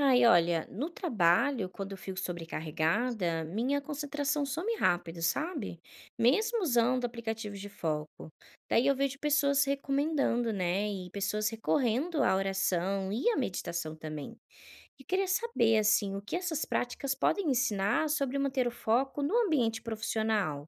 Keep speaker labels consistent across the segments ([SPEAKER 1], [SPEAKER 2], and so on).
[SPEAKER 1] Ai, olha, no trabalho, quando eu fico sobrecarregada, minha concentração some rápido, sabe? Mesmo usando aplicativos de foco. Daí eu vejo pessoas recomendando, né? E pessoas recorrendo à oração e à meditação também. E queria saber, assim, o que essas práticas podem ensinar sobre manter o foco no ambiente profissional.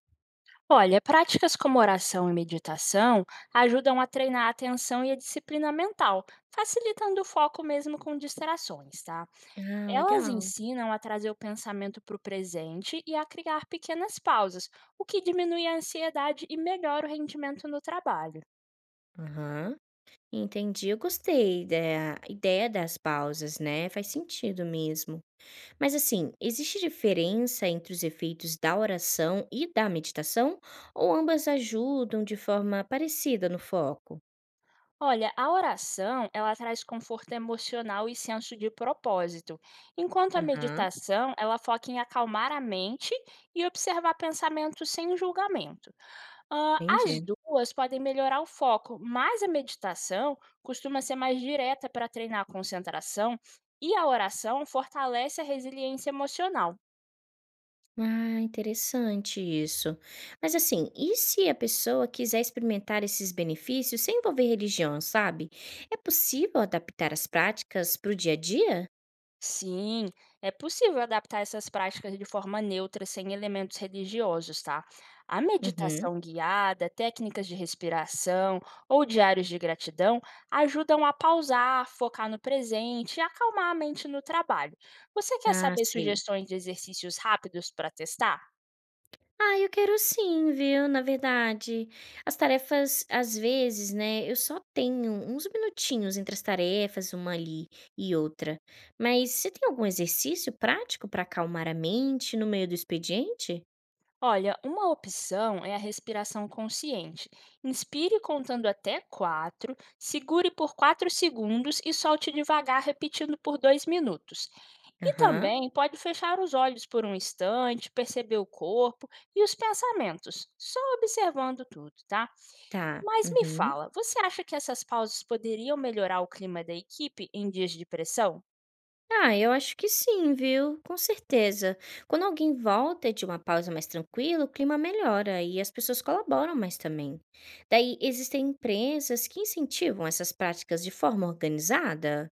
[SPEAKER 2] Olha, práticas como oração e meditação ajudam a treinar a atenção e a disciplina mental, facilitando o foco mesmo com distrações, tá?
[SPEAKER 1] Ah,
[SPEAKER 2] Elas
[SPEAKER 1] legal.
[SPEAKER 2] ensinam a trazer o pensamento para o presente e a criar pequenas pausas, o que diminui a ansiedade e melhora o rendimento no trabalho.
[SPEAKER 1] Aham. Entendi, eu gostei da ideia das pausas, né? Faz sentido mesmo. Mas assim, existe diferença entre os efeitos da oração e da meditação? Ou ambas ajudam de forma parecida no foco?
[SPEAKER 2] Olha, a oração, ela traz conforto emocional e senso de propósito, enquanto a
[SPEAKER 1] Aham,
[SPEAKER 2] meditação, ela foca em acalmar a mente e observar pensamentos sem julgamento. As
[SPEAKER 1] entendi.
[SPEAKER 2] 2 podem melhorar o foco, mas a meditação costuma ser mais direta para treinar a concentração e a oração fortalece a resiliência emocional.
[SPEAKER 1] Ah, interessante isso. Mas assim, e se a pessoa quiser experimentar esses benefícios sem envolver religião, sabe? É possível adaptar as práticas para o dia a dia?
[SPEAKER 2] Sim, é possível adaptar essas práticas de forma neutra, sem elementos religiosos, tá? A
[SPEAKER 1] Uhum.
[SPEAKER 2] meditação guiada, técnicas de respiração ou diários de gratidão ajudam a pausar, focar no presente e acalmar a mente no trabalho. Você quer
[SPEAKER 1] Ah,
[SPEAKER 2] saber
[SPEAKER 1] sei.
[SPEAKER 2] sugestões de exercícios rápidos para testar?
[SPEAKER 1] Ah, eu quero sim, viu, na verdade. As tarefas, às vezes, né, eu só tenho uns minutinhos entre as tarefas, uma ali e outra. Mas você tem algum exercício prático para acalmar a mente no meio do expediente?
[SPEAKER 2] Olha, uma opção é a respiração consciente. Inspire contando até 4, segure por 4 segundos e solte devagar, repetindo por 2 minutos. E
[SPEAKER 1] Aham,
[SPEAKER 2] também pode fechar os olhos por um instante, perceber o corpo e os pensamentos, só observando tudo, tá?
[SPEAKER 1] tá.
[SPEAKER 2] Mas me
[SPEAKER 1] Uhum.
[SPEAKER 2] fala, você acha que essas pausas poderiam melhorar o clima da equipe em dias de pressão?
[SPEAKER 1] Ah, eu acho que sim, viu? Com certeza. Quando alguém volta de uma pausa mais tranquila, o clima melhora e as pessoas colaboram mais também. Daí, existem empresas que incentivam essas práticas de forma organizada?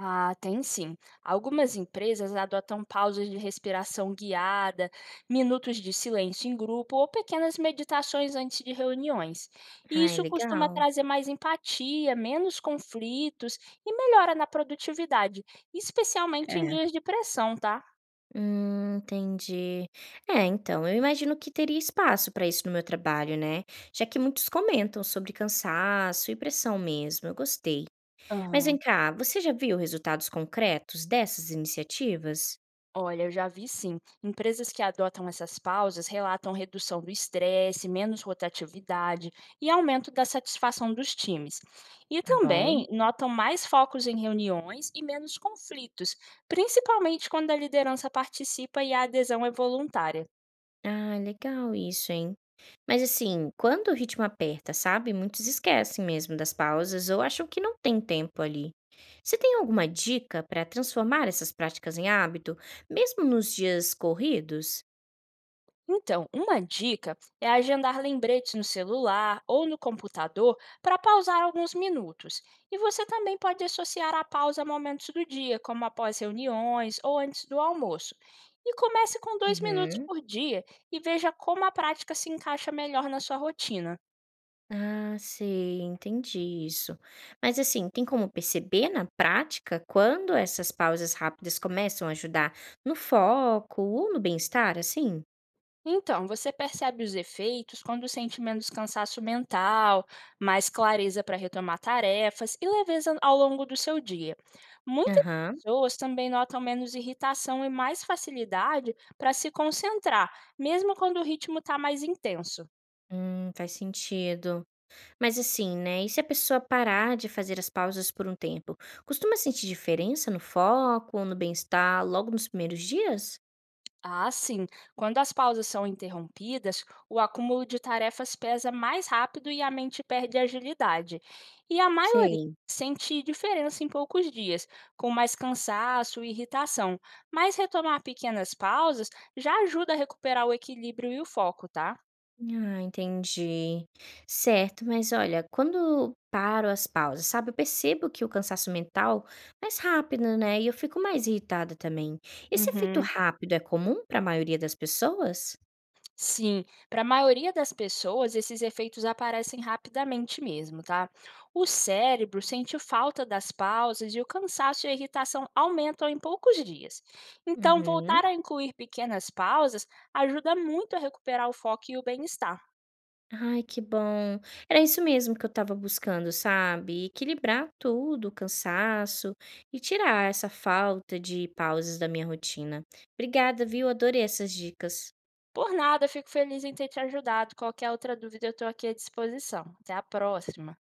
[SPEAKER 2] Ah, tem sim. Algumas empresas adotam pausas de respiração guiada, minutos de silêncio em grupo ou pequenas meditações antes de reuniões. E
[SPEAKER 1] Ai,
[SPEAKER 2] isso costuma
[SPEAKER 1] legal.
[SPEAKER 2] trazer mais empatia, menos conflitos e melhora na produtividade, especialmente em
[SPEAKER 1] É.
[SPEAKER 2] dias de pressão, tá?
[SPEAKER 1] Entendi. É, então, eu imagino que teria espaço para isso no meu trabalho, né? Já que muitos comentam sobre cansaço e pressão mesmo. Eu gostei. Mas vem cá, você já viu resultados concretos dessas iniciativas?
[SPEAKER 2] Olha, eu já vi sim. Empresas que adotam essas pausas relatam redução do estresse, menos rotatividade e aumento da satisfação dos times. E
[SPEAKER 1] Tá bom.
[SPEAKER 2] também notam mais focos em reuniões e menos conflitos, principalmente quando a liderança participa e a adesão é voluntária.
[SPEAKER 1] Ah, legal isso, hein. Mas assim, quando o ritmo aperta, sabe, muitos esquecem mesmo das pausas ou acham que não tem tempo ali. Você tem alguma dica para transformar essas práticas em hábito, mesmo nos dias corridos?
[SPEAKER 2] Então, uma dica é agendar lembretes no celular ou no computador para pausar alguns minutos. E você também pode associar a pausa a momentos do dia, como após reuniões ou antes do almoço. E comece com 2 minutos
[SPEAKER 1] Uhum.
[SPEAKER 2] por dia e veja como a prática se encaixa melhor na sua rotina.
[SPEAKER 1] Ah, sei, entendi isso. Mas assim, tem como perceber na prática quando essas pausas rápidas começam a ajudar no foco ou no bem-estar, assim?
[SPEAKER 2] Então, você percebe os efeitos quando sente menos cansaço mental, mais clareza para retomar tarefas e leveza ao longo do seu dia. Muitas
[SPEAKER 1] Aham,
[SPEAKER 2] pessoas também notam menos irritação e mais facilidade para se concentrar, mesmo quando o ritmo está mais intenso.
[SPEAKER 1] faz sentido. Mas assim, né, e se a pessoa parar de fazer as pausas por um tempo, costuma sentir diferença no foco, no bem-estar, logo nos primeiros dias?
[SPEAKER 2] Ah, sim. Quando as pausas são interrompidas, o acúmulo de tarefas pesa mais rápido e a mente perde agilidade. E a maioria
[SPEAKER 1] Sei.
[SPEAKER 2] sente diferença em poucos dias, com mais cansaço e irritação. Mas retomar pequenas pausas já ajuda a recuperar o equilíbrio e o foco, tá?
[SPEAKER 1] Ah, entendi. Certo, mas olha, quando paro as pausas, sabe, eu percebo que o cansaço mental é mais rápido, né, e eu fico mais irritada também. Esse efeito
[SPEAKER 2] Uhum.
[SPEAKER 1] rápido é comum para a maioria das pessoas?
[SPEAKER 2] Sim, para a maioria das pessoas, esses efeitos aparecem rapidamente mesmo, tá? O cérebro sente falta das pausas e o cansaço e a irritação aumentam em poucos dias. Então,
[SPEAKER 1] Uhum.
[SPEAKER 2] voltar a incluir pequenas pausas ajuda muito a recuperar o foco e o bem-estar.
[SPEAKER 1] Ai, que bom. Era isso mesmo que eu estava buscando, sabe? Equilibrar tudo, o cansaço e tirar essa falta de pausas da minha rotina. Obrigada, viu? Adorei essas dicas.
[SPEAKER 2] Por nada, fico feliz em ter te ajudado. Qualquer outra dúvida, eu estou aqui à disposição. Até a próxima.